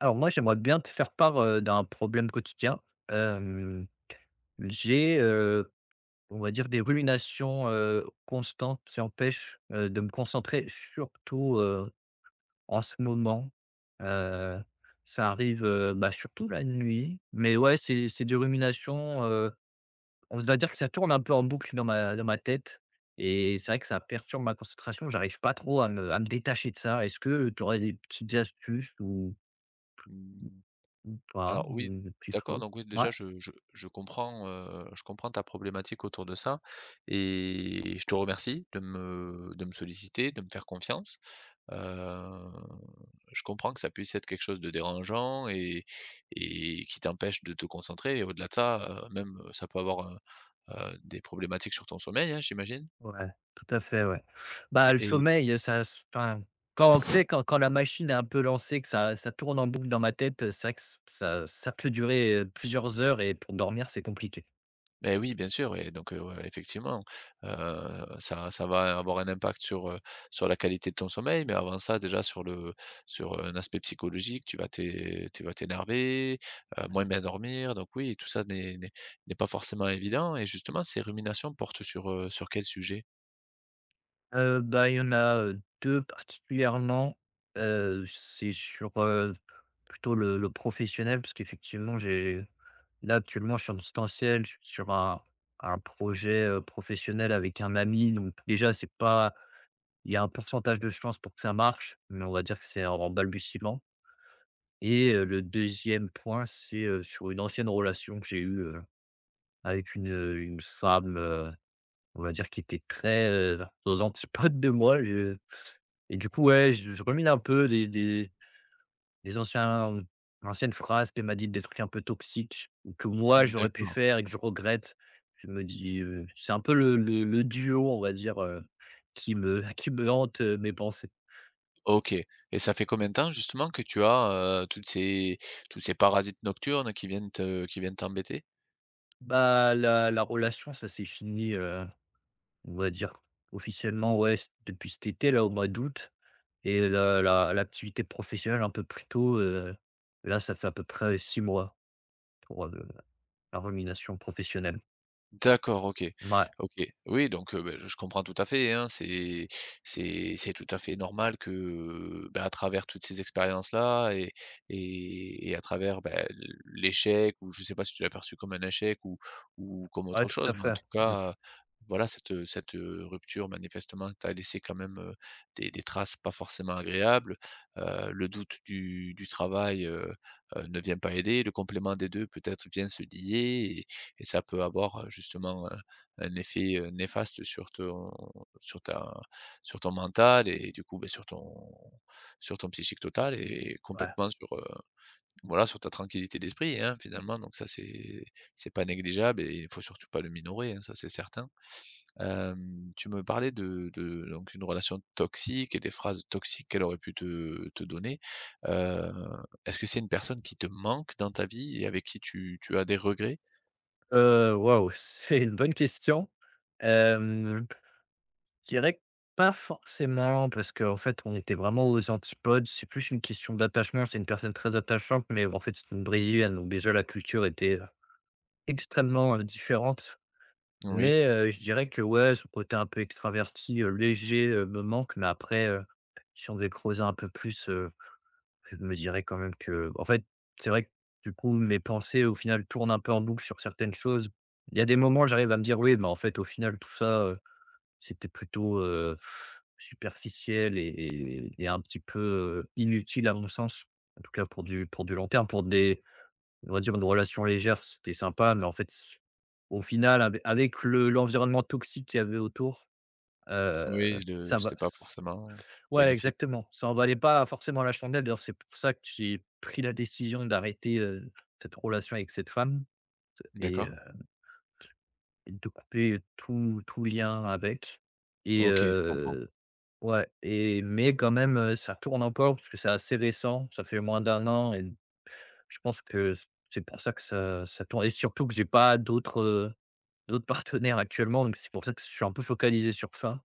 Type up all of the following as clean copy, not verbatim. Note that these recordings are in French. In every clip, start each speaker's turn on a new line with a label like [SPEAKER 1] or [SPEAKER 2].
[SPEAKER 1] Alors moi, j'aimerais bien te faire part, d'un problème quotidien. Hem, j'ai, on va dire des ruminations, constantes qui empêchent, de me concentrer, surtout, en ce moment. Heu, ça arrive, bah, surtout la nuit, mais ouais, c'est des ruminations, on va dire que ça tourne un peu en boucle dans ma tête et c'est vrai que ça perturbe ma concentration. J'arrive pas trop à me détacher de ça. Est-ce que tu aurais des petites astuces ou
[SPEAKER 2] Mmh,
[SPEAKER 1] pas?
[SPEAKER 2] alors oui,
[SPEAKER 1] Ou des petits
[SPEAKER 2] d'accord,
[SPEAKER 1] trucs?
[SPEAKER 2] donc oui,
[SPEAKER 1] Ouais.
[SPEAKER 2] déjà je comprends, je comprends ta problématique autour de ça et je te remercie de me solliciter, de me faire confiance. Heu, je comprends que ça puisse être quelque chose de dérangeant et qui t'empêche de te concentrer et au-delà de ça, même, ça peut avoir, des problématiques sur ton sommeil, hein, j'imagine?
[SPEAKER 1] Ouais, tout à fait, ouais. Bah, le
[SPEAKER 2] Et
[SPEAKER 1] sommeil, ça se enfin, quand tu sais, quand la machine est un peu lancée, que ça tourne en boucle dans ma tête, c'est vrai que ç ça ça peut durer, plusieurs heures et pour dormir, c'est compliqué.
[SPEAKER 2] Oui, bien sûr et donc ouais, effectivement, ça ça va avoir un impact sur, sur la qualité de ton sommeil, mais avant ça déjà sur le sur un aspect psychologique, tu vas t'énerver, moins bien dormir, donc oui, tout ça n'est pas forcément évident et justement ces ruminations portent sur, sur quel sujet?
[SPEAKER 1] Bah, il y en a, 2 particulièrement. C'est sur, plutôt le professionnel parce qu'effectivement, j'ai là, actuellement, je suis en distanciel, je suis sur un projet, professionnel avec un ami, donc déjà, c'est pas. Il y a un pourcentage de chance pour que ça marche, mais on va dire que c'est en balbutiement et le deuxième point, c'est, sur une ancienne relation que j'ai eue, avec une femme, on va dire qui était très, aux antipodes de moi, je et du coup, ouais, je rumine un peu des anciens anciennes phrases qu'elle m'a dites, des trucs un peu toxiques ou que moi j'aurais pu
[SPEAKER 2] D'accord,
[SPEAKER 1] faire et que je regrette. Je me dis, c'est un peu le duo, on va dire, qui me qui me hante, mes pensées.
[SPEAKER 2] OK. Et ça fait combien de temps justement que tu as, toutes ces tous ces parasites nocturnes qui viennent te qui viennent t'embêter?
[SPEAKER 1] Bah, la relation, ça s'est fini, on va dire officiellement, ouais, c depuis cet été là, au mois d'août et la la l'activité professionnelle un peu plus tôt, là, ça fait à peu près 6 mois pour, la rumination professionnelle.
[SPEAKER 2] D'accord, OK.
[SPEAKER 1] Mouais,
[SPEAKER 2] OK. Oui, donc je comprends tout à fait, hein. C'est tout à fait normal que, bah, à travers toutes ces expériences-là et à travers, bah, l'échec, ou je sais pas si tu l'as perçu comme un échec ou comme
[SPEAKER 1] ouais,
[SPEAKER 2] autre
[SPEAKER 1] tout à
[SPEAKER 2] chose, mais en
[SPEAKER 1] fait.
[SPEAKER 2] tout
[SPEAKER 1] Mmh,
[SPEAKER 2] cas, voilà, cette, rupture manifestement t'a laissé quand même, des traces pas forcément agréables. Le doute du travail, ne vient pas aider. Le complément des 2 peut-être vient se lier et ça peut avoir, justement, un effet, néfaste sur ton sur ta sur ton mental et du coup, sur ton psychique, total et
[SPEAKER 1] ouais.
[SPEAKER 2] complètement, sur, voilà, sur ta tranquillité d'esprit, hein, finalement. Donc ça, c'est pas négligeable et il faut surtout pas le minorer, hein, ça, c'est certain. Tu me parlais de donc une relation toxique et des phrases toxiques qu'elle aurait pu te donner. Heu, Est-ce que c'est une personne qui te manque dans ta vie et avec qui tu as des regrets?
[SPEAKER 1] Waouh, c'est une bonne question. Hem, je dirais que pas forcément parce qu'en fait, on était vraiment aux antipodes. C'est plus une question d'attachement. C'est une personne très attachante, mais en fait, c'est une brésilienne, donc déjà la culture était, extrêmement, différentes,
[SPEAKER 2] Oui.
[SPEAKER 1] mais je dirais que ouais, ce côté un peu extraverti, léger, me manque, mais après, si on devait creuser un peu plus, je me dirais quand même que, en fait, c'est vrai que du coup, mes pensées au final tournent un peu en boucle sur certaines choses. Il y a des moments, j'arrive à me dire: «Oui, mais en fait, au final, tout ça, c'était plutôt, superficiel et un petit peu, inutile à mon sens». En tout cas pour du long terme, pour des on va dire une relation légère, c'était sympa, mais en fait, au final, avec le l'environnement toxique qu'il y avait autour, heu,
[SPEAKER 2] Oui, de
[SPEAKER 1] ça va
[SPEAKER 2] c'était pas forcément
[SPEAKER 1] ouais,
[SPEAKER 2] bénéfique.
[SPEAKER 1] exactement, ça en valait pas forcément la chandelle. D'ailleurs, c'est pour ça que j'ai pris la décision d'arrêter, cette relation avec cette femme et
[SPEAKER 2] D'accord.
[SPEAKER 1] heu, et de couper tout lien avec et
[SPEAKER 2] OK, je comprends.
[SPEAKER 1] ouais et mais quand même, ça tourne encore parce que c'est assez récent, ça fait moins d'un an et je pense que c'est pour ça que ça tourne et surtout que j'ai pas d'autres, d'autres partenaires actuellement, donc c'est pour ça que je suis un peu focalisé sur ça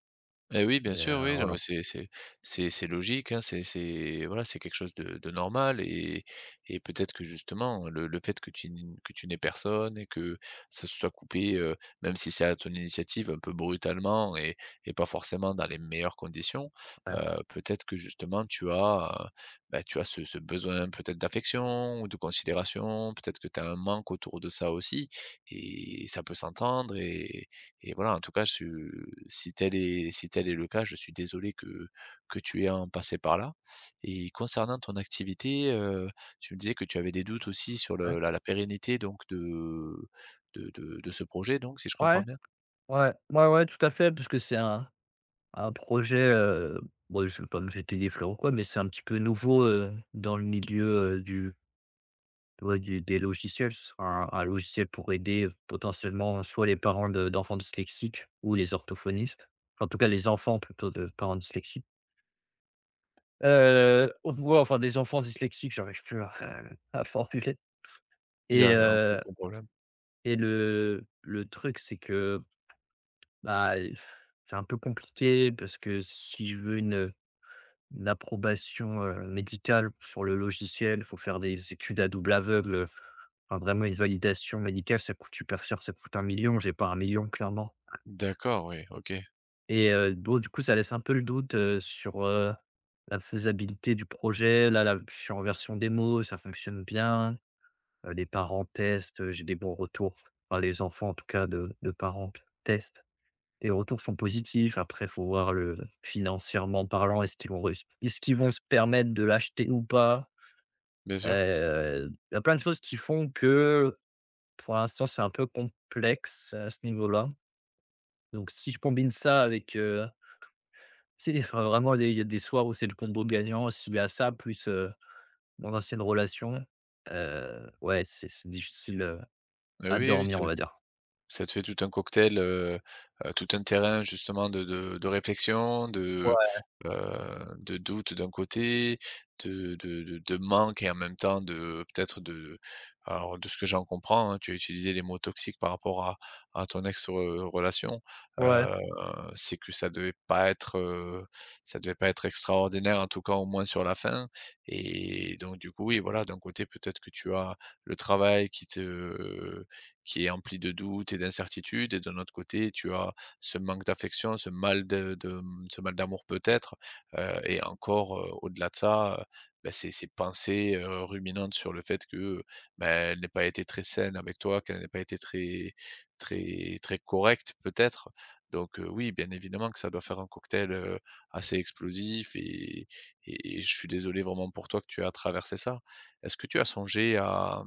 [SPEAKER 2] Et oui, bien
[SPEAKER 1] et
[SPEAKER 2] sûr, oui, non, mais
[SPEAKER 1] voilà.
[SPEAKER 2] c'est c'est logique, hein, c'est voilà, c'est quelque chose de normal et peut-être que justement, hein, le fait que tu n que tu n'aies personne et que ça se soit coupé, même si c'est à ton initiative, un peu brutalement et pas forcément dans les meilleures conditions,
[SPEAKER 1] Ouais,
[SPEAKER 2] peut-être que justement tu as, tu as ce besoin peut-être d'affection ou de considération, peut-être que tu as un manque autour de ça aussi, et ça peut s'entendre et voilà, en tout cas, je si tel est le cas, je suis désolé que tu aies à en passer par là. Et concernant ton activité, tu me disais que tu avais des doutes aussi sur
[SPEAKER 1] ouais,
[SPEAKER 2] le la la pérennité donc de ce projet, donc, si je comprends
[SPEAKER 1] ouais,
[SPEAKER 2] bien?
[SPEAKER 1] ouais, tout à fait, parce que c'est un projet, bon, je ne vais pas me jeter des fleurs ou quoi, mais c'est un petit peu nouveau, dans le milieu, heu, du ouais, du des logiciels. Ce sera un logiciel pour aider, potentiellement soit les parents de d'enfants dyslexiques ou les orthophonistes. En tout cas, les enfants plutôt de parents dyslexiques. Ou enfin des enfants dyslexiques, j'arrive plus à formuler
[SPEAKER 2] Il y
[SPEAKER 1] et
[SPEAKER 2] a
[SPEAKER 1] heu.
[SPEAKER 2] aucun problème.
[SPEAKER 1] Et le truc, c'est que, bah, c'est un peu compliqué parce que si je veux une approbation, médicale sur le logiciel, il faut faire des études à double aveugle, enfin vraiment une validation médicale, ça coûte super cher, ça coûte un million. J'ai pas un million clairement
[SPEAKER 2] D'accord, oui, OK,
[SPEAKER 1] et donc du coup, ça laisse un peu le doute, sur la faisabilité du projet. Là, je suis en version démo, ça fonctionne bien, les parents testent, j'ai des bons retours, enfin les enfants en tout cas de parents testent. Les retours sont positifs. Après, faut voir le financièrement parlant, est-ce qu'ils vont réuss est-ce qu'ils vont se permettre de l'acheter ou pas?
[SPEAKER 2] bien sûr.
[SPEAKER 1] Il y a plein de choses qui font que, pour l'instant, c'est un peu complexe à ce niveau-là. Donc si je combine ça avec, tu enfin, vraiment des il y a des soirs où c'est le combo gagnant. Si y a ça plus, mon ancienne relation, ouais, c'est difficile, à
[SPEAKER 2] Oui, oui,
[SPEAKER 1] dormir, on va dire.
[SPEAKER 2] ça te fait tout un cocktail, tout un terrain justement de réflexion,
[SPEAKER 1] Ouais,
[SPEAKER 2] de doute d'un côté, de manque et en même temps de peut-être de de ce que j'en comprends, hein, tu as utilisé les mots toxiques par rapport à ton ex relation,
[SPEAKER 1] ouais.
[SPEAKER 2] heu, c'est que ça devait pas être, ça devait pas être extraordinaire, en tout cas au moins sur la fin. Et donc du coup, oui, voilà, d'un côté peut-être que tu as le travail qui est empli de doutes et d'incertitudes. Et d'un autre côté, tu as ce manque d'affection, ce mal d'amour peut-être. Et encore, au-delà de ça, ben, ces pensées, ruminantes sur le fait que, ben, elle n'ait pas été très saine avec toi, qu'elle n'ait pas été très très correcte peut-être. Donc oui, bien évidemment que ça doit faire un cocktail assez explosif, et je suis désolé vraiment pour toi que tu as traversé ça. Est-ce que tu as songé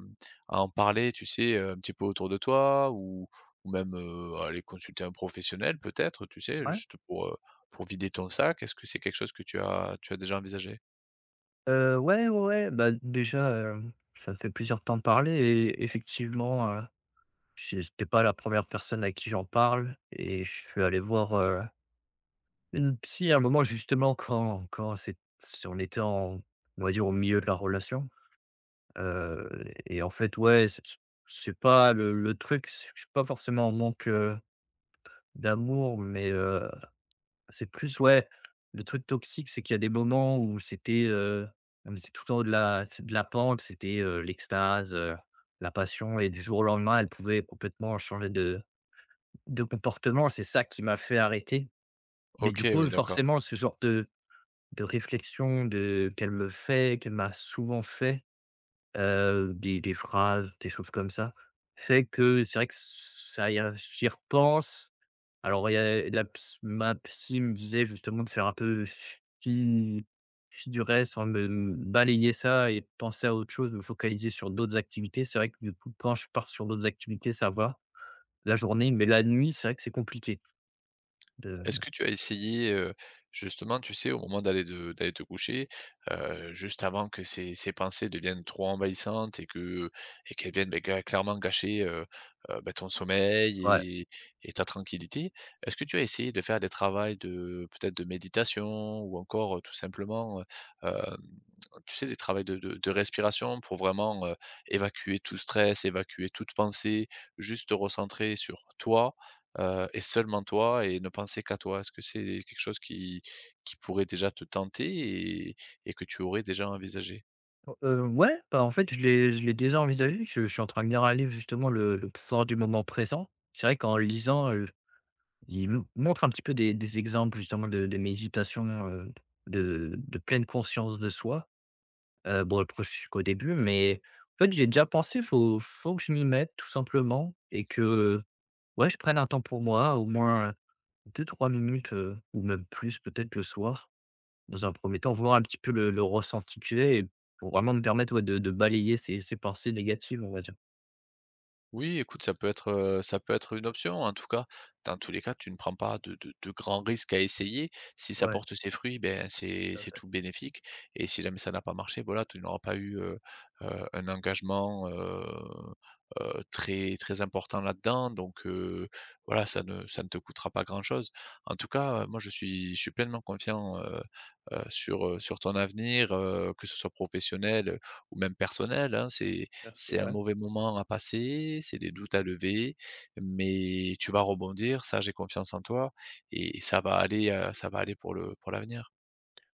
[SPEAKER 2] à en parler, tu sais, un petit peu autour de toi, ou même, aller consulter un professionnel peut-être, tu sais?
[SPEAKER 1] Ouais.
[SPEAKER 2] Juste pour vider ton sac. Est-ce que c'est quelque chose que tu as déjà envisagé?
[SPEAKER 1] Ouais, ouais, ouais, bah, déjà, ça fait plaisir de t'en parler et effectivement, j'étais pas la première personne à qui j'en parle et je suis allé voir, une psy à un moment justement quand c'est si on était en on va dire au milieu de la relation, heu et en fait, ouais, c'est pas le truc, c'est je suis pas forcément en manque, d'amour mais c'est plus ouais, le truc toxique, c'est qu'il y a des moments où c'était, on était tout le temps de la pente, c'était, l'extase, la passion et du jour au lendemain, elle pouvait complètement changer de comportement. C'est ça qui m'a fait arrêter. Mais du
[SPEAKER 2] OK,
[SPEAKER 1] coup,
[SPEAKER 2] oui, d'accord.
[SPEAKER 1] forcément, ce genre de réflexion de qu'elle me fait, qu'elle m'a souvent fait, des phrases, des choses comme ça, fait que c'est vrai que ça y a j'y repense alors il y a la ps ma psy me disait justement de faire un peu fi du reste, enfin de, mmh, balayer ça et penser à autre chose, me focaliser sur d'autres activités. C'est vrai que du coup, quand je pars sur d'autres activités, ça va, la journée, mais la nuit, c'est vrai que c'est compliqué de
[SPEAKER 2] Est-ce que tu as essayé, justement, tu sais, au moment d'aller de d'aller te coucher, juste avant que ces pensées deviennent trop envahissantes et que qu'elles viennent, beh, clairement gâcher, ton
[SPEAKER 1] ouais.
[SPEAKER 2] sommeil et ta tranquillité? Est-ce que tu as essayé de faire des travaux de peut-être de méditation, ou encore, tout simplement, tu sais, des travaux de respiration, pour vraiment, évacuer tout stress, évacuer toute pensée, juste te recentrer sur toi, et seulement toi, et ne penser qu'à toi? Est-ce que c'est quelque chose qui pourrait déjà te tenter et que tu aurais déjà envisagé?
[SPEAKER 1] Ouais, bah, en fait, je l'ai déjà envisagé. Je suis en train de lire un livre justement, le pouvoir du moment présent. C'est vrai qu'en lisant, il m montre un petit peu des exemples justement de méditation, de pleine conscience de soi. Bon après je suis qu'au début, mais en fait j'ai déjà pensé, faut que je m'y mette tout simplement et que, ouais, je prenne un temps pour moi, au moins 2 3 minutes, ou même plus peut-être le soir, dans un premier temps, voir un petit peu le ressenti que j'ai et pour vraiment me permettre, ouais, de balayer ces pensées négatives, on va dire.
[SPEAKER 2] Oui, écoute, ça peut être une option. En tout cas, dans tous les cas, tu ne prends pas de grands risques à essayer. Si ça
[SPEAKER 1] Ouais,
[SPEAKER 2] porte ses fruits, ben, c'est tout bénéfique, et si jamais ça n'a pas marché, voilà, tu n'auras pas eu, heu, un engagement, très très important là-dedans, donc voilà, ça ne te coûtera pas grand-chose. En tout cas, moi, je suis pleinement confiant, sur, sur ton avenir, que ce soit professionnel ou même personnel, hein. C'est
[SPEAKER 1] merci,
[SPEAKER 2] c'est un
[SPEAKER 1] ouais.
[SPEAKER 2] mauvais moment à passer, c'est des doutes à lever, mais tu vas rebondir, ça j'ai confiance en toi, et ça va aller pour le pour l'avenir.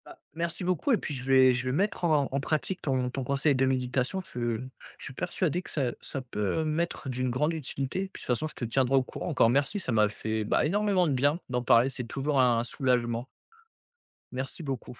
[SPEAKER 1] Bah, merci beaucoup et puis je vais mettre en pratique ton conseil de méditation. Je suis persuadé que ça peut m'être d'une grande utilité. Puis de toute façon, je te tiendrai au courant. Encore merci, ça m'a fait, bah, énormément de bien d'en parler. C'est toujours un soulagement. Merci beaucoup.